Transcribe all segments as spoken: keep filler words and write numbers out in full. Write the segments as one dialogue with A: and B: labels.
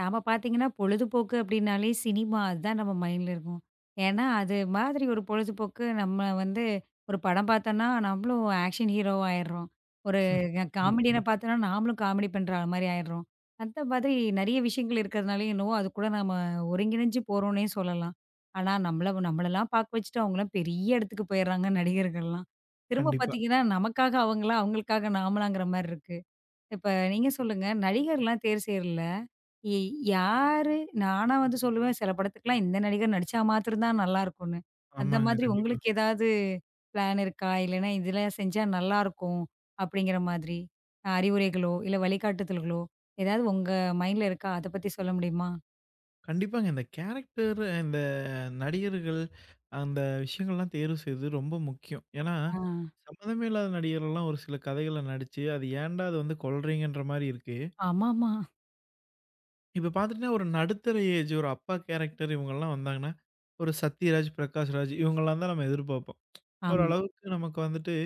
A: நாம பார்த்தீங்கன்னா, பொழுதுபோக்கு அப்படின்னாலே சினிமா அதுதான் நம்ம மைண்ட்ல இருக்கும். ஏன்னா, அது மாதிரி ஒரு பொழுதுபோக்கு நம்ம வந்து ஒரு படம் பார்த்தோம்னா, நம்மளும் ஆக்ஷன் ஹீரோ ஆயிடுறோம். ஒரு
B: ம்.
A: காமெடியன
B: கண்டிப்பாங்க.
A: பார்த்தோம்னா, நாமளும் காமெடி பண்ற மாரி ஆயிடுறோம். அந்த மாதிரி நெறைய விஷயங்கள் இருக்கிறதுனாலயே என்னவோ, அது கூட நம்ம ஒருங்கிணைஞ்சு போறோம்னே சொல்லலாம். ஆனா, நம்மள நம்மளலாம் பார்க்க வச்சுட்டு அவங்கலாம் பெரிய இடத்துக்கு போயிடுறாங்க நடிகர்கள்லாம். திரும்ப
B: கண்டிப்பா.
A: பார்த்தீங்கன்னா, நமக்காக அவங்களா, அவங்களுக்காக நாமலாங்கிற மாரி இருக்கு. இப்ப நீங்க சொல்லுங்க, நடிகர்லாம் தேர்வு செய்யறல எ யாரு? நானா வந்து சொல்லுவேன், சில படத்துக்குலாம் இந்த நடிகர் நடிச்சா மாத்திரம் தான் நல்லாருக்கும்னு. அந்த
B: ஆமாங்க.
A: மாதிரி
B: கண்டிப்பா.
A: உங்களுக்கு ஏதாவது பிளான் இருக்கா? இல்லைன்னா இதெல்லாம் செஞ்சா நல்லாருக்கும், அப்படிங்கிற மாதிரி அ அறிவுரைகளோ, இல்ல வழிகாட்டுதல்களோ, ஏதாவது உங்க மைண்ட்ல இருக்கா? அத பத்தி சொல்ல முடியுமா?
B: கண்டிப்பாங்க. இந்த கேரக்டர் இந்த நடிகர்கள், அந்த விஷயங்கள்லாம் தேர்வு செய்றது ரொம்ப முக்கியம். ஏன்னா,
A: ஆ.
B: சம்மந்தமே இல்லாத நடிகர்கள்லாம் ஒரு சில கதைகள நடிச்சு, அது ஏன்டா அது வந்து கொல்றீங்கன்ற மாரி இருக்கு.
A: ஆமாமா.
B: இப்ப பார்த்துட்டீங்கன்னா, ஒரு நடுத்தர ஏஜ் ஒரு அப்பா கேரக்டர் இவங்கலாம் வந்தாங்கன்னா, ஒரு சத்யராஜ், பிரகாஷ்ராஜ் இவங்கலாம் தான் நம்ம எதிர்பார்ப்போம்.
A: ஆமா.
B: ஓரளவுக்கு நமக்கு வந்துட்டு,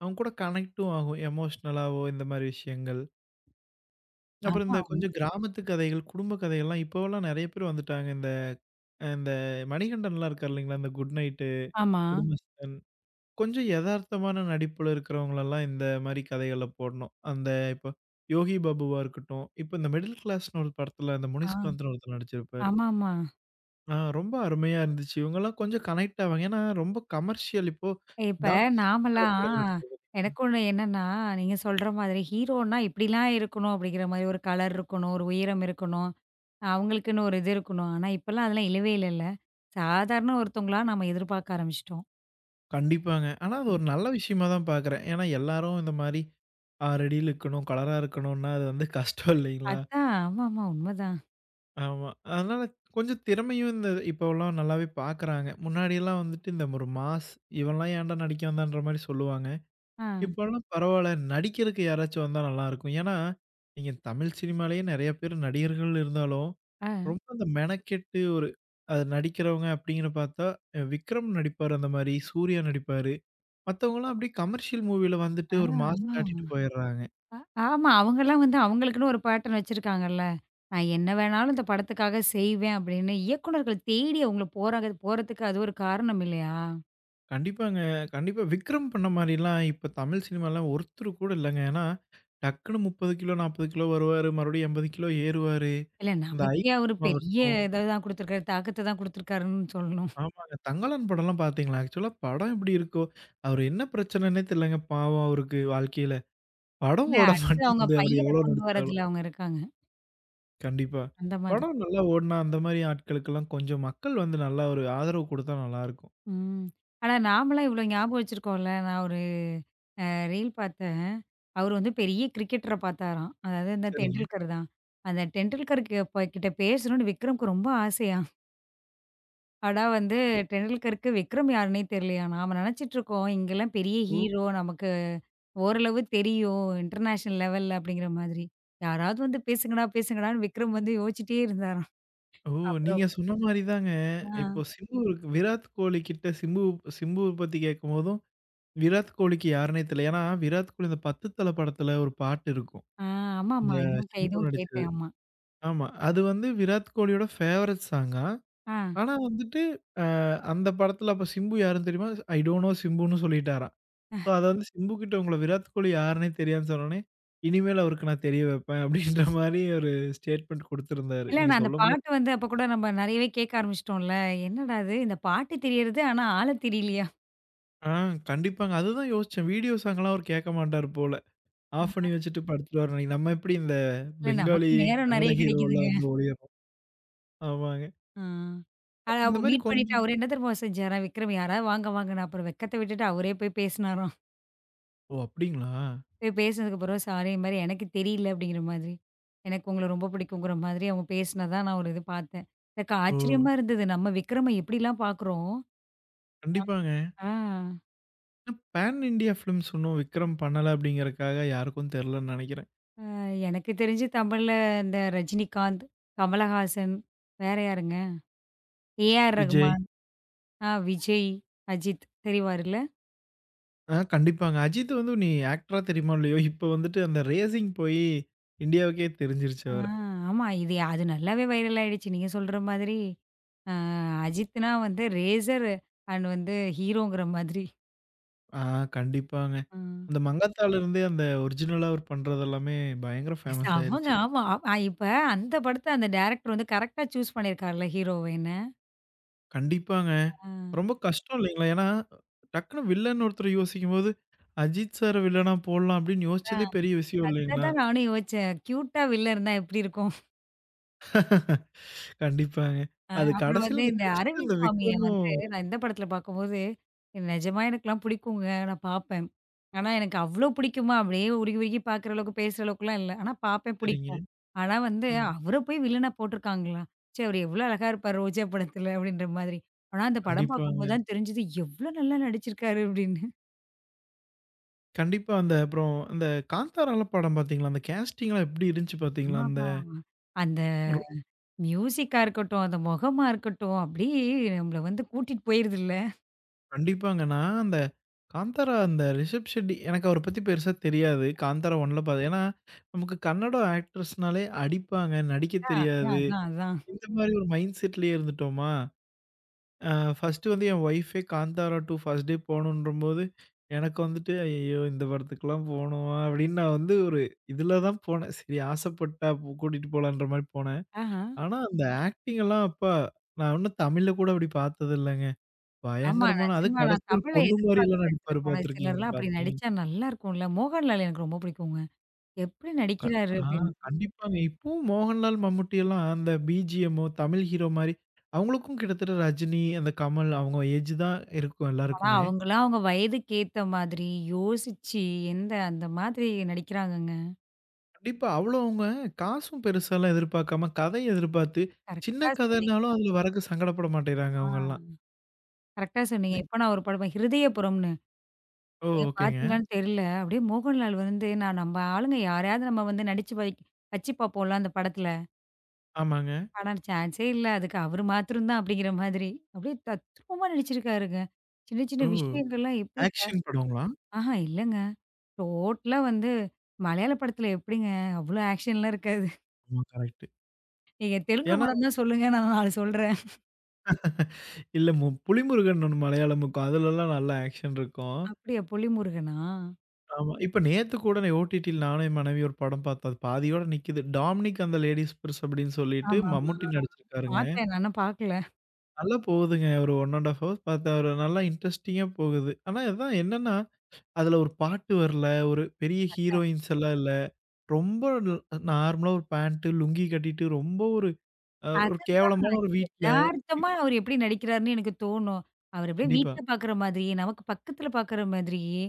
B: அவங்க கூட கனெக்ட்டும் ஆகும். எமோஷனலாவோ இந்த மாரி விஷயங்கள். அப்புறம்
A: ஆமா,
B: இந்த
A: ஆமா.
B: கொஞ்சம் கிராமத்து கதைகள், குடும்ப கதைகள்லாம் இப்போவெல்லாம் நெறைய பேர் வந்துட்டாங்க. இந்த இந்த மணிகண்டன்லாம் இருக்கார் இல்லைங்களா? இந்த குட் நைட்டு,
A: ஆமா.
B: குடும்பஸ்தன். கொஞ்சம் எதார்த்தமான நடிப்புல இருக்கிறவங்களெல்லாம் இந்த மாரி கதைகள்ல போடணும். அந்த இப்போ யோகி பாபுவா இருக்கட்டும், இப்போ இந்த மிடில் கிளாஸ்ன்னு ஒரு படத்துல அந்த
A: ஆ.
B: முனிஸ்காந்த்ன்னு ஒருத்தர் நடிச்சிருப்பாரு.
A: ஆமாமா.
B: ஆ, ரொம்ப அருமையா இருந்துச்சு. இவங்கலாம் கொஞ்சம் கனெக்ட் ஆவாங்க. ஏன்னா ரொம்ப கமர்ஷியல் இப்போ
A: இப்ப
B: தனுஷ்.
A: நாமலாம் எனக்கு ஒண்ணு என்னன்னா, நீங்க சொல்ற மாதிரி ஹீரோன்னா இப்படிலாம் இருக்கணும் அப்படிங்கிற மாதிரி ஒரு கலர் இருக்கணும், ஒரு உயரம் இருக்கணும். அவங்களுக்குன்னு ஒரு இது இருக்கணும். ஆனா, இப்பலாம் அதெல்லாம் இல்லவே இல்லல்ல. சாதாரண ஒருத்தவங்களா நம்ம எதிர்பார்க்க ஆரம்பிச்சுட்டோம்.
B: கண்டிப்பாங்க. ஆனா அது ஒரு நல்ல விஷயமா தான் பார்க்குறேன். ஏன்னா எல்லாரும் இந்த மாரி ஆரடியில இருக்கணும், கலரா இருக்கணும்னா அது வந்து கஷ்டம் இல்லைங்களா?
A: அதான். ஆமாமா. உண்மதான்.
B: ஆமா. அதனால கொஞ்சம் திறமையும் இந்த இப்போலாம் நல்லாவே பார்க்குறாங்க. முன்னாடிலாம் வந்துட்டு இந்த ஒரு மாஸ் இவன்லாம் ஏன்டா நடிக்க வந்தான்ற மாரி சொல்லுவாங்க.
A: ஆ,
B: இப்போலாம் பரவால்ல நடிக்கிறதுக்கு யாராச்சும் வந்தா நல்லாயிருக்கும். ஏன்னா நீங்க தமிழ் சினிமாலேயே நெறைய பேர் நடிகர்கள் இருந்தாலும்,
A: ஆ,
B: ரொம்ப அந்த மெனக்கெட்டு ஒரு அது நடிக்கிறவங்க அப்டிங்கிற பார்த்தா, அஹ் விக்ரம் நடிப்பாரு அந்த மாரி, சூர்யா நடிப்பாரு. மத்தவங்கலாம் அப்படியே கமர்ஷியல் மூவில வந்துட்டு
A: ஆ,
B: ஒரு மாஸ்க்
A: ஆமாமா.
B: காட்டிட்டு போயிடுறாங்க.
A: அ ஆமா. அவங்கலாம் வந்து அவங்களுக்குன்னு ஒரு பேட்டர்ன் வச்சிருக்காங்கல்ல. நான் என்ன வேணாலும் இந்த படத்துக்காக செய்வேன் அப்படின்னு இயக்குனர்கள் தேடி அவங்கள போறாங்க போறதுக்கு அது ஒரு காரணம் இல்லையா?
B: கண்டிப்பாங்க. கண்டிப்பா விக்ரம் பண்ண மாரிலாம் இப்ப தமிழ் சினிமால ஒருத்தர் கூட இல்லங்க. ஏன்னா, டக்குனு முப்பது கிலோ, நாற்பது கிலோ வருவாரு. மறுபடியும் எண்பது கிலோ ஏறுவாரு.
A: இல்ல
B: இந்த ஐ
A: நமக்கே அவரு பெரிய
B: படமாகட்டும்.
A: இத தான் குடுத்துருக்காரு. தாக்கத்த தான் குடுத்துருக்காருன்னு சொல்லணும்.
B: ஆமாங்க. தங்கலான் படம்லாம் பார்த்தீங்களா? ஆக்சுவலா படம் எப்படி இருக்கோ, அவரு என்ன பிரச்சனைன்னே தெரியலங்க, பாவம் அவருக்கு வாழ்க்கையில. படம்
A: இல்ல
B: ஓட
A: அடுத்து அவங்க
B: மாட்டேங்குது அவர்
A: பையன
B: எவ்வளோ
A: கொண்டு
B: நடிச்சாலும்.
A: வரதுல அவங்க இருக்காங்க.
B: கண்டிப்பா.
A: அந்த மாதிரி.
B: படம் நல்லா ஓடுனா அந்த மாரி ஆட்களுக்கெல்லாம் கொஞ்சம் மக்கள் வந்து நல்லா ஒரு ஆதரவு குடுத்தா நல்லாருக்கும்.
A: ம். ஆனா நாமலாம் இவ்ளோ ஞாபகம் வச்சிருக்கோம்ல. நான் ரீல் பார்த்தேன். அவரு வந்து பெரிய கிரிக்கெட்டர பார்த்தாராம். அதாவது இந்த
B: சரிங்க.
A: டெண்டுல்கர் தான். அந்த டெண்டுல்கருக்கு ப கிட்ட பேசணும்னு விக்ரம்க்கு ரொம்ப ஆசையாம். ஆனா வந்து டெண்டுல்கருக்கு விக்ரம் யாருன்னே தெரியலையாம். நாம நெனச்சிட்டுருக்கோம், இங்கலாம் பெரிய
B: ஓ!
A: ஹீரோ நமக்கு ஓரளவு தெரியும். இன்டர்நேஷனல் லெவல்ல அப்படிங்கிற மாதிரி. யாராவது வந்து பேசுங்கடா, பேசுங்கடான்னு விக்ரம் வந்து யோசிச்சுட்டே இருந்தாராம்.
B: ஓ!
A: அப்புறம்
B: நீங்க சொன்ன மாரி தாங்க.
A: ஆ,
B: இப்போ சிம்பு விராட் கோலி கிட்ட சிம்பு சிம்புவ பத்தி கேட்கும்போதும், விராட் கோலிக்கு யாருன்னே தெரியல. ஏன்னா, விராட் கோலி இந்த பத்து தல படத்துல ஒரு பாட்டு இருக்கும்.
A: ஆ ஆமாமா.
B: இந்த
A: இதுவும் கே
B: சிம்பு
A: இதுவும்
B: நடிச்சது.
A: கேட்டேன். ஆமா.
B: ஆமா. அது வந்து விராட் கோலியோட ஃபேவரைட் சாங்கா.
A: ஆ.
B: ஆனா வந்துட்டு, அ அந்த படத்துல அப்ப சிம்பு யாருன்னு தெரியுமா? ஐ டோன்ட் நோ சிம்புன்னு சொல்லிட்டாராம். ஸோ அத வந்து சிம்பு கிட்ட உங்கள விராட் கோலி யாருன்னே தெரியாதுன்னு சொன்னோனே, இனிமேல் அவருக்கு நான் தெரிய வைப்பேன் அப்படின்ற மாரி ஒரு ஸ்டேட்மெண்ட் குடுத்திருந்தாரு.
A: இல்ல
B: நீங்க
A: நான் அந்த
B: சொல்லும்போது
A: பாட்டு வந்து அப்ப கூட நம்ம நெறையவே கேட்க ஆரம்பிச்சுட்டோம்ல. என்னடா இது இந்த பாட்டு தெரியறது, ஆனா ஆள தெரியலையா?
B: ஆ கண்டிப்பாங்க. அதுதான் யோசிச்சேன். வீடியோ சாங்லாம் அவர் கேட்க மாட்டாரு போல. ஆஃப் பண்ணி வச்சுட்டு படுத்துருவாரு அன்னைக்கு. நம்ம எப்படி இந்த
A: இல்ல நமக்கு
B: பெங்காலி,
A: நேரம்
B: கன்னட
A: நெறைய கிடைக்குதுங்க.
B: ஹீரோலாம் வந்து ஓடிர்றோம். ஆமாங்க.
A: ஆ. ஆனா
B: அப்புறம்
A: அவ
B: இந்த மாரி
A: மீட் பண்ணிட்டு
B: கொஞ்சம்.
A: அவரு என்ன தெரியுமா செஞ்சாராம் விக்ரம் யாராவது வாங்க வாங்கன்னு. அப்புறம் வெட்கத்த விட்டுட்டு அவரே போய் பேசினாராம்.
B: ஓ! அப்படிங்களா?
A: போய் பேசினதுக்கு அப்புறம் சாரி இது மாரி எனக்கு தெரியல அப்படிங்கிற மாதிரி. எனக்கு உங்கள ரொம்ப பிடிக்குங்கிற மாதிரி அவங்க பேசினதா நான் ஒரு இது பார்த்தேன். எனக்கு
B: ஓ!
A: ஆச்சரியமா இருந்தது. நம்ம விக்ரம எப்படிலாம் பார்க்குறோம்.
B: கண்டிப்பாங்க.
A: ஆ.
B: பேன் இண்டியா ஃபிலிம்ஸ் இன்னும் விக்ரம் பண்ணல அப்படிங்கிறக்காக யாருக்கும் தெரியலன்னு நெனைக்கிறேன்.
A: எனக்கு தெரிஞ்சு தமிழ்ல இந்த ரஜினிகாந்த், கமலஹாசன், வேற யாருங்க? ஏ.ஆர்.
B: விஜய்.
A: ரகுமான், ஆ விஜய், அஜித் தெரிவாருல்ல?
B: ஆ, கண்டிப்பாங்க. அஜித் வந்து நீ ஆக்டரா தெரியுமோ இல்லையோ, இப்ப வந்துட்டு அந்த ரேசிங் போயி இந்தியாவுக்கே தெரிஞ்சிருச்சு
A: ஆ
B: அவர.
A: ஆமா. இது அது நல்லாவே வைரல் ஆயிடுச்சு. நீங்க சொல்ற மாதிரி. ஆ அஜித்னா வந்து ரேசர் அண்ட் வந்து ஹீரோங்கிற மாதிரி.
B: ஆ, கண்டிப்பாங்க.
A: ஆ.
B: அந்த மங்காத்தால இருந்தே அந்த ஒரிஜினலா அவர் பண்றது எல்லாமே பயங்கர
A: எஸ்,
B: ஃபேமஸ்
A: அவங்க
B: ஆயிருச்சு.
A: ஆமா. அ இப்ப அந்த படத்த அந்த டைரக்டர் வந்து கரெக்ட்டா சூஸ் பண்ணியிருக்கார்ல ஹீரோவன்னு.
B: கண்டிப்பாங்க.
A: ஆ.
B: ரொம்ப கஷ்டம் இல்லைங்களா? ஏன்னா, டக்குனு வில்லன்னு ஒருத்தர யோசிக்கும்போது, அஜித் சார வில்லனா போடலாம் அப்படின்னு யோசிச்சதே பெரிய விஷயம்
A: அத
B: இல்லைங்களா?
A: தான் நானும் யோசிச்சேன். கியூட்டா வில்லன் இருந்தா எப்படி இருக்கும்?
B: கண்டிப்பாங்க.
A: அ
B: அது
A: அப்புறம் வந்து
B: கடைசியில அந்த
A: இந்த
B: ட்விஸ்ட்
A: அரவிந்த்
B: அந்த
A: சுவாமிய வந்து
B: விக்ரமும்.
A: நான் இந்த படத்துல பார்க்கும்போது, எனக்கு நிஜமா எனக்கெல்லாம் பிடிக்குங்க. நான் பார்ப்பேன். ஆனா எனக்கு அவ்ளோ பிடிக்குமா? அப்படியே உருகி உருகி பார்க்குற அளவுக்கு, பேசுற அளவுக்குலாம் இல்ல. ஆனா பார்ப்பேன்,
B: சரிங்க.
A: பிடிக்கும். ஆனா வந்து
B: ம்.
A: அவர போய் வில்லனா போட்டுருக்காங்களா? ச்சே! அவரு எவ்ளோ அழகா இருப்பாரு ரோஜா படத்துல அப்படின்ற மாதிரி. ஆனா அந்த படம் பார்க்கும்போது
B: கண்டிப்பாங்க.
A: தான் தெரிஞ்சது எவ்ளோ நல்லா நடிச்சிருக்காரு அப்படின்னு.
B: கண்டிப்பா அந்த அப்புறம் அந்த காந்தாரால படம் பார்த்தீங்களா? அந்த கேஸ்டிங்லாம் எப்படி இருந்துச்சு பார்த்தீங்களா? அந்த
A: ஆமாமா. அந்த
B: ஒரு.
A: மியூசிக்கா இருக்கட்டும், அந்த முகமா இருக்கட்டும், அப்படியே நம்மள வந்து கூட்டிட்டு போயிருதுல்ல.
B: கண்டிப்பாங்க. நான் அந்த காந்தாரா அந்த ரிஷப் ஷெட்டி எனக்கு அவர பத்தி பெருசா தெரியாது. காந்தாரா 1ல பாத்தேன். ஏன்னா, நமக்கு கன்னடம் ஆக்ட்ரஸ்னாலே அடிப்பாங்க, நடிக்க
A: அதான்,
B: தெரியாது.
A: அதான், அதான்.
B: இந்த மாரி ஒரு மைண்ட் செட்லயே இருந்துட்டோமா, அ ஃபர்ஸ்ட்டு வந்து என் ஒய்ஃபே காந்தாரா டூ ஃபர்ஸ்ட் டே போணுன்றபோது, எனக்கு வந்துட்டு "ஐயய்யோ! இந்த படத்துக்குலாம் போணுமா?" அப்படின்னு நான் வந்து ஒரு இதுல தான் போனேன். சரி, ஆசைப்பட்டா போ கூட்டிட்டு போலான்ற மாரி போனேன்.
A: ஆஹா.
B: ஆனா அந்த ஆக்டிங் எல்லாம் அப்பா, நான் இன்னும் தமிழ்ல கூட அப்படி பார்த்தது இல்லங்க.
A: ஆமா.
B: பயங்கரமான அதுவும்
A: நிஜமா நான்
B: கடைசில ஒரு
A: தமிழ்ல
B: பொண்ணு மாரியெல்லாம்
A: எதிர்பார்க்கிறேன். சில
B: நடிப்பாரு.
A: படம்
B: பார்த்துருக்கீங்களா?
A: சிலர்லாம் அப்படி
B: பாத்தீங்
A: நடிச்சா நல்லா இருக்கும்ல. மோகன்லால் எனக்கு ரொம்ப பிடிக்குங்க. எப்படி
B: க
A: நடிக்கிறாரு
B: ஆ,
A: அப்படின்னு.
B: கண்டிப்பாங்க. இப்பவும் மோகன்லால், மம்முட்டி எல்லாம் அந்த பிஜிஎம்மோ தமிழ் ஹீரோ மாரி அவங்களுக்கும் கிட்டத்தட்ட ரஜினி, அந்த கமல் அவங்க ஏஜ் தான் இருக்கும்
A: ஆனா
B: எல்லாருக்குமே.
A: அவங்கலாம் அவங்க வயதுக்கு ஏத்த மாதிரி யோசிச்சு எந்த அந்த மாதிரி நடிக்கிறாங்கங்க.
B: கண்டிப்பா அவ்வளோ அவங்க காசும் பெருசாலாம் எதிர்பார்க்காம, கதைய எதிர்பார்த்து
A: கரெக்ட்டா
B: சின்ன
A: சொன்னீங்க.
B: கதைனாலும் அதுல வரக்கு சங்கடப்பட மாட்டேங்கிறாங்க
A: ஆ
B: அவங்கலாம்.
A: கரெக்ட்டா சொன்னீங்க.
B: நி
A: இப்ப நான் ஒரு படம் "ஹிருதயபுரம்னு"
B: ஓ!
A: நீங்க
B: ஓகேங்க.
A: பார்த்தீங்களான்னு தெரியல. அப்படியே மோகன்லால் வந்து நான் நம்ம ஆளுங்க யாரையாவது நம்ம வந்து நடிச்சு வை வச்சு பார்ப்போம்ல அந்த படத்துல.
B: ஆமாங்க.
A: ஆனா சான்ஸே இல்ல. அதுக்கு அவரு மாத்திரம் தான் அப்படிங்கிற மாதிரி. அப்படியே தத்ரூவமா நடிச்சிருக்காருங்க. சின்ன சின்ன
B: ஓ!
A: விஷயங்கள்லாம் எப்படி க
B: ஆக்ஷன் படங்களா?
A: ஆஹா இல்லங்க. டோட்டலா வந்து மலையாள படத்துல எப்படிங்க அவ்வளோ ஆக்ஷன்லாம் இருக்காது.
B: ஆமா, கரெக்ட்டு.
A: நீங்க தெலுங்கு
B: ஏன்னா
A: படம் தான் சொல்லுங்க நான் நான்கு சொல்றேன்.
B: இல்ல மு புலிமுருகன் ஒண்ணு மலையாளமுக்கும் அதுலலாம் நல்லா ஆக்ஷன் இருக்கும்.
A: அப்படியா? பொலிமுருகனா?
B: ஆமா. இப்ப நேத்து கூட நான் ஓடிடில நானும் என் மனைவியும் ஒரு படம் பார்த்தோம். அது பாதியோட நிக்குது. Dominic and the ladies purse அப்படின்னு சொல்லிட்டு
A: ஆமாமா.
B: மம்முட்டி நடிச்சிருக்காருங்க.
A: பார்த்தேன். நான் இன்னும் பார்க்கல.
B: நல்லா போகுதுங்க. ஒரு ஒன்றரை ஹவர்ஸ் பார்த்தேன். ஒரு நல்லா இன்ட்ரஸ்டிங்கா போகுது. ஆனா அதான் என்னன்னா, அதுல ஒரு பாட்டு வரல. ஒரு பெரிய ஹீரோயின்ஸ் எல்லாம் இல்ல. ரொம்ப ந நார்மலா ஒரு பேண்ட், லுங்கி கட்டிட்டு ரொம்ப ஒரு அ ஒரு
A: அது
B: கேவலமான ஒரு வீட்ல.
A: எதார்த்தமா அவரு எப்படி நடிக்கிறாருன்னு எனக்கு தோணும். அவரு அப்படியே
B: கண்டிப்பா,
A: வீட்ல பார்க்குற மாதிரியே, நமக்கு பக்கத்துல பார்க்குற மாதிரியே,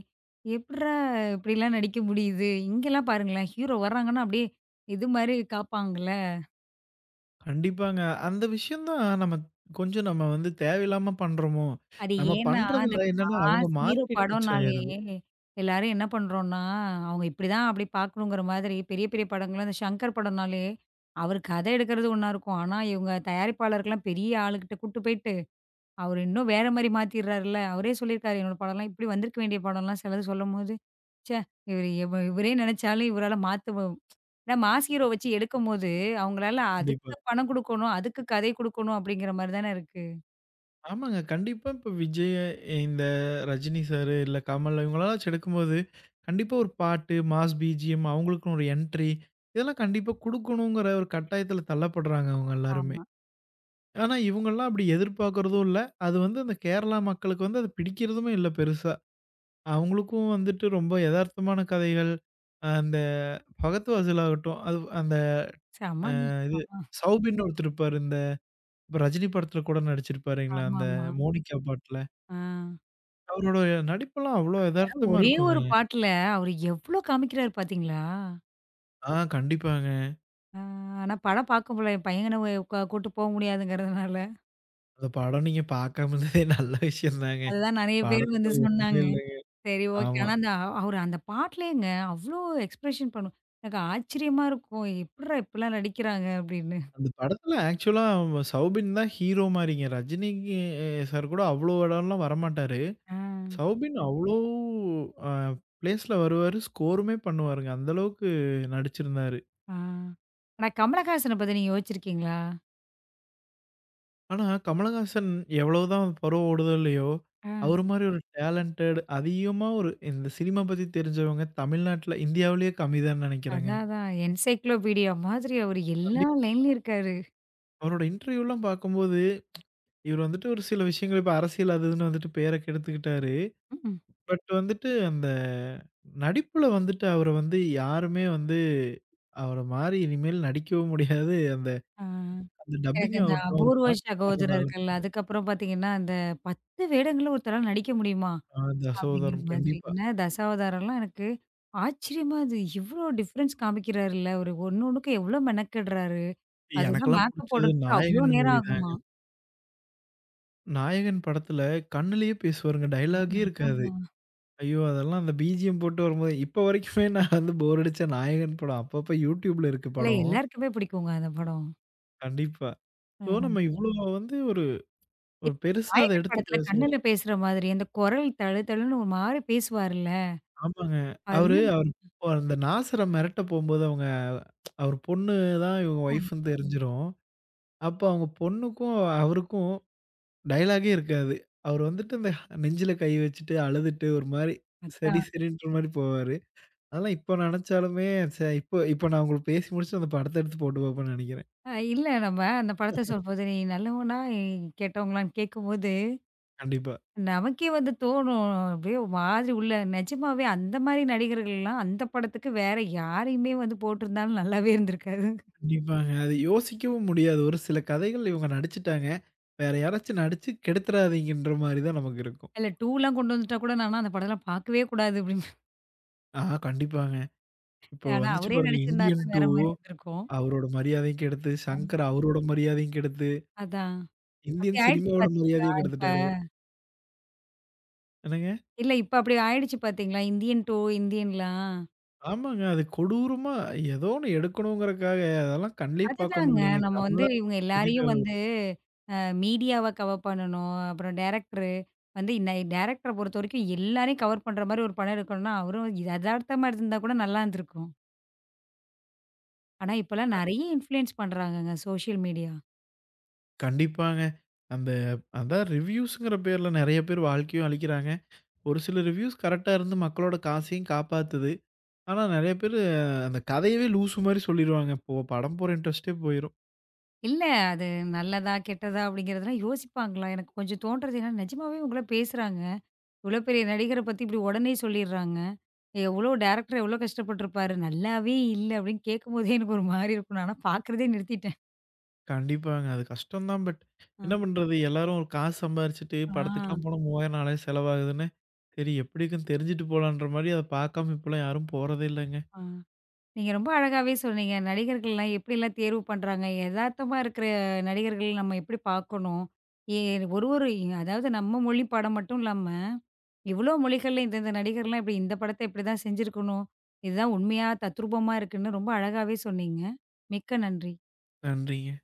A: எப்புட்றா இப்படிலாம் நடிக்க முடியுது? இங்கலாம் பாருங்களேன், ஹீரோ வர்றாங்கன்னா அப்படியே இது மாரி காப்பாங்கல்ல.
B: கண்டிப்பாங்க. அந்த விஷயம் தான் நம்ம கொஞ்சம் நம்ம வந்து தேவையில்லாம பண்றோமோ!
A: அது
B: நம்ம
A: ஏன்னா, அந்த
B: பண்றதுல என்னன்னா, அவங்க
A: மாஸ் ஹீரோ
B: மார்க்கெட் ரிச்
A: படம்னாலே
B: ஆயிடுது.
A: எல்லாரும் என்ன பண்றோம்ன்னா, அவங்க இப்படிதான் அப்படி பார்க்கணுங்கிற மாதிரி பெரிய பெரிய படங்கள்லாம் இந்த சங்கர் படம்னாலே, அவரு கதை எடுக்கிறது ஒண்ணா இருக்கும். ஆனா, இவங்க தயாரிப்பாளருக்கெல்லாம் பெரிய ஆளுகிட்ட கூட்டு போயிட்டு அவரு இன்னும் வேற மாரி மாத்திர்றாருல்ல. அவரே சொல்லியிருக்காரு, "என்னோட படம்லாம் இப்படி வந்திருக்க வேண்டிய படம்லாம்" சிலது சொல்லும்போது, ச்சே! இவரு இவ இவரே நெனச்சாலும் இவரால மாத்தவு ஏன்னா மாஸ் ஹீரோ வச்சு எடுக்கும்போது, அவங்களால
B: கண்டிப்பா.
A: அதுக்கு பணம் குடுக்கணும், அதுக்கு கதை குடுக்கணும் அப்படிங்கிற மாரி தானே இருக்கு.
B: ஆமாங்க. கண்டிப்பா இப்ப விஜய், இந்த ரஜினி சாரு, இல்ல கமல் இவங்களலாம் எடுக்கும்போது, கண்டிப்பா ஒரு பாட்டு, மாஸ் பிஜிஎம் அவங்களுக்குன்னு ஒரு என்ட்ரி, இதெல்லாம் கண்டிப்பா குடுக்கணுங்கிற ஒரு கட்டாயத்துல தள்ளப்படுறாங்க அவங்க எல்லாருமே.
A: ஆமா.
B: ஆனா இவங்கலாம் அப்படி எதிர்பார்க்கறதும் இல்ல. அது வந்து அந்த கேரளா மக்களுக்கு வந்து அது பிடிக்கிறதுமே இல்ல பெருசா. அவங்களுக்கும் வந்துட்டு ரொம்ப எதார்த்தமான கதைகள், அஹ் அந்த ஃபகத் ஃபாசில் ஆகட்டும், அது அந்த அ
A: செமங்க.
B: இது
A: ஆமா,
B: சௌபின்னு ஒருத்தர் இருப்பாரு. இந்த இப்ப ரஜினி படத்துல கூட நடிச்சிருப்பாருங்களே, அந்த
A: ஆமாமா.
B: மோனிகா பாட்டுல.
A: ஆ.
B: அவரோட நடிப்பெல்லாம் அவ்ளோ எதார்த்தமா
A: ஒரே
B: இருக்குங்க.
A: ஒரு பாட்டுல அவரு எவ்ளோ காமிக்கிறாரு பாத்தீங்களா?
B: ஆ, கண்டிப்பாங்க.
A: ஆ ஆனா படம் பார்க்க முடியல. என் பையன உ கூட்டு போ முடியாதுங்கிறதுனால.
B: அந்த படம் நீங்க பார்க்காம இருந்ததே நல்ல விஷயம் தாங்க.
A: அதுதான் நெறைய பேர் வந்து
B: படத்துல ஒண்ணுமே
A: சொன்னாங்க.
B: இல்லங்க.
A: சரி, ஓகே.
B: ஆமா.
A: ஆனா அந்த அவரு அந்த பாட்டுலேங்க அவ்ளோ எக்ஸ்பிரஷன் பண்ணும். எனக்கு ஆச்சரியமா இருக்கும். எப்புட்றா இப்படிலாம் நடிக்கிறாங்க அப்படின்னு.
B: அந்த படத்துல ஆக்சுவலா அவன் சௌபின் தான் ஹீரோ மாரிங்க. ரஜினிக்கு சார் கூட அவ்ளோ இடம்லாம் வரமாட்டாரு.
A: ஆ,
B: சௌபின் அவ்ளோ அ பிளேஸ்ல வருவாரு. ஸ்கோருமே பண்ணுவாருங்க. அந்த அளவுக்கு நடிச்சிருந்தாரு.
A: ஆ. ஆனா கமலஹாசன பத்தி நீங்க யோசிச்சிருக்கீங்களா?
B: ஆனா, கமலஹாசன் எவ்வளவுதான் பருவ ஓடுதல்லையோ,
A: ஆ.
B: அவரு மாரி ஒரு டேலண்டட் அதிகமா ஒரு இந்த சினிமா பத்தி தெரிஞ்சவங்க தமிழ்நாட்ல, இந்தியாவிலேயே கம்மி தான்னு நினைக்கிறேங்க.
A: அதான், அதான். என்சைக்ளோபீடியா மாதிரி அவரு எல்லா
B: கண்டிப்பா
A: லைன்லயும் இருக்காரு.
B: அவரோட இன்டர்வியூலாம் பார்க்கும்போது, இவரு வந்துட்டு ஒரு சில விஷயங்கள் இப்ப அரசியல் அது இதுன்னு வந்துட்டு பேர கெடுத்துக்கிட்டாரு.
A: ம்.
B: பட் வந்துட்டு அந்த நடிப்புல வந்துட்டு அவர வந்து யாருமே வந்து அவர மாரி இனிமேல் நடிக்கவும் முடியாது. அந்த
A: ஆ.
B: அந்த
A: எனக்கு
B: டப்பிங்
A: அந்த
B: ஆகட்டும், ஒரு
A: அபூர்வ
B: பாட்டு
A: சகோதரர்கள்,
B: பாடுறதாகட்டும்,
A: அதுக்கப்புறம் பார்த்தீங்கன்னா, அந்த பத்து வேடங்கள்ல ஒருத்தரால நடிக்க முடியுமா?
B: அந்த
A: அப்படிங்கிற
B: சோதாரம்
A: மாதிரி.
B: கண்டிப்பா.
A: என்ன தசாவதாரம்லாம் எனக்கு ஆச்சரியமா அது இவ்ளோ டிஃபரன்ஸ் காமிக்கிறாருல்ல. ஒரு ஒண்ணொண்ணுக்கும் எவ்ளோ மெனக்கெடுறாரு. அதெல்லாம்
B: எனக்கெல்லாம்
A: மேக்கப்
B: புடிச்சது
A: போடுறதுக்கு அவ்ளோ
B: நாயகன்
A: நேரம்
B: மூவி தான்.
A: ஆகுமா?
B: நாயகன் படத்துல கண்ணுலயே பேசுவாருங்க.
A: ஆ
B: டயலாகே இருக்காது.
A: ஆமா.
B: ஐயோ! அதெல்லாம் அந்த பிஜிஎம் போட்டு வரும்போது, இப்ப வரைக்குமே நான் வந்து போர் அடிச்சா நாயகன் படம் அப்பப்ப YouTubeல இருக்கு
A: இல்ல
B: படம்.
A: எல்லாருக்குமே பிடிக்குங்க அந்த படம்.
B: கண்டிப்பா.
A: அ
B: ஸோ நம்ம இவ்ளோ வந்து ஒரு ஒரு
A: இப்ப
B: பெருசா அத
A: நாயகன்
B: எடுத்து
A: படத்துல
B: பேசுறோம்.
A: கண்ணுல பேசுற மாதிரி அந்த குரல் தழு தழுன்னு ஒரு மாரி பேசுவாருல்ல.
B: ஆமாங்க. அவரு
A: அதெல்லாம்
B: அவரு அந்த நாசர மிரட்ட போம்போது அவங்க அவர் பொண்ணு தான் இவங்க ஒய்ஃப்ன்னு தெரிஞ்சிரும். அப்ப அவங்க பொண்ணுக்கும் அவருக்கும் டயலாகே இருக்காது. அவர் வந்துட்டு இந்த நெஞ்சில கை வச்சுட்டு அழுதுட்டு ஒரு மாரி சரி
A: அதான்.
B: சரின்ற மாரி போவாரு. அதெல்லாம் இப்ப நெனச்சாலுமே ச இப்போ இப்போ நான் உங்களுக்கு பேசி முடிச்சுட்டு அந்த படத்த எடுத்து போட்டு பாப்பேன்னு நெனைக்கிறேன்.
A: அ இல்ல நம்ம அந்த படத்த சொல்லும்போது, "நீ நல்லவனா? நீ கெட்டவங்களான்னு?" கேட்கும்போது,
B: கண்டிப்பா.
A: நமக்கே வந்து தோணும். அப்படியே ஒரு மாதிரி உள்ள நிஜமாவே அந்த மாரி நடிகர்கள்லாம் அந்த படத்துக்கு வேற யாரையுமே வந்து போட்டிருந்தாலும் நல்லாவே இருந்திருக்காது.
B: கண்டிப்பாங்க. அது யோசிக்கவும் முடியாது. ஒரு சில கதைகள் இவங்க நடிச்சுட்டாங்க. வேற யாராச்சும் நடிச்சு கெடுத்துறாதீங்கன்ற மாரி தான் நமக்கு இருக்கும்.
A: இல்ல 2லாம் கொண்டு வந்துட்டா கூட, நான்லாம் அந்த படம்லாம் பார்க்கவே கூடாது அப்டிம்பேன்.
B: ஆ, கண்டிப்பாங்க. இப்போ
A: ஆனா,
B: வந்துச்சு
A: அவரே
B: பாருங்க இந்தியன்
A: நடிச்சிருந்தாருன்னா
B: டூ.
A: வேற மாரி இருந்திருக்கும்.
B: அவரோட மரியாதையும் கெடுத்து, சங்கர் அவரோட மரியாதையும் கெடுத்து,
A: அதான். அப்டி
B: இந்தியன்
A: ஆயிடுச்சு
B: சினிமாவோட
A: பார்த்தீங்களா?
B: மரியாதையும்
A: இப்ப
B: கெடுத்துட்டாரு அவரு. என்னங்க?
A: இல்ல இப்ப அப்டி ஆயிடுச்சு பார்த்தீங்களா? இந்தியன் டூ, இந்தியன்லாம்.
B: ஆமாங்க. அது கொடூரமா ஏதோ ஒண்ணு எடுக்கணுங்கிறக்காக அதெல்லாம் கண்லயே பார்க்க
A: அதுதாங்க
B: முடியலங்க.
A: நம்ம வந்து
B: கமலா.
A: இவங்க எல்லாரையும் வந்து அ மீடியாவ கவர் பண்ணணும். அப்புறம் டைரக்டரு வந்து நை டைரக்டர பொறுத்தவரைக்கும் எல்லாரையும் கவர் பண்ற மாரி ஒரு படம் எடுக்கணும்னா, அவரும் எதார்த்தமா இருந்திருந்தா கூட நல்லா இருந்திருக்கும். ஆனா இப்பலாம் நெறைய இன்ஃப்ளூயன்ஸ் பண்றாங்கங்க சோஷியல் மீடியா.
B: கண்டிப்பாங்க. அந்த அதான் ரிவ்யூஸ்ங்கிற பேர்ல நெறைய பேர் வாழ்க்கையும் அழிக்கிறாங்க. ஒரு சில ரிவ்யூஸ் கரெக்ட்டா இருந்து மக்களோட காசையும் காப்பாத்துது. ஆனா நெறைய பேரு அந்த கதையவே லூசு மாரி சொல்லிருவாங்க. இப்போ படம் போற இன்ட்ரெஸ்ட்டே போயிரும்.
A: இல்ல. அது நல்லதா, கெட்டதா அப்படிங்கிறதெல்லாம் யோசிப்பாங்களா? எனக்கு கொஞ்சம் தோன்றது ஏன்னா, நிஜமாவே உங்கள பேசுறாங்க. இவ்வளோ பெரிய நடிகர பத்தி இப்படி உடனே சொல்லிர்றாங்க. எவ்வளோ டைரக்டர் எவ்வளோ கஷ்டப்பட்டுருப்பாரு. நல்லாவே இல்ல அப்படின்னு கேட்கும்போதே எனக்கு ஒரு மாரி இருக்கும். நானா பார்க்குறதே நிறுத்திட்டேன்.
B: கண்டிப்பாங்க. அது கஷ்டம் தான். பட்
A: ஆ.
B: என்ன பண்றது? எல்லாரும் ஒரு காசு சம்பாரிச்சுட்டு
A: ஆ,
B: படத்துக்குலாம் போனா மூவாயிரம் நாலாயிரம் செலவாகுதுன்னு, சரி எப்படி இருக்குன்னு தெரிஞ்சுட்டு போலான்ற மாரி அத பாக்காம இப்பலாம் யாரும் போறதே இல்லங்க.
A: ஆ. நீங்க ரொம்ப அழகாவே சொன்னீங்க. நடிகர்கள்லாம் எப்படிலாம் தேர்வு பண்றாங்க? எதார்த்தமா இருக்கிற நடிகர்கள் நம்ம எப்படி பார்க்கணும்? ஏ ஒரு ஒரு அதாவது நம்ம மொழி படம் மட்டும் இல்லாம இவ்ளோ மொழிகள்ல இந்த இந்த நடிகர்லாம் இப்படி இந்த படத்த இப்படிதான் செஞ்சிருக்கணும். இதுதான் உண்மையா தத்ரூபமா இருக்குன்னு ரொம்ப அழகாவே சொன்னீங்க. மிக்க நன்றி.
B: நன்றிங்க.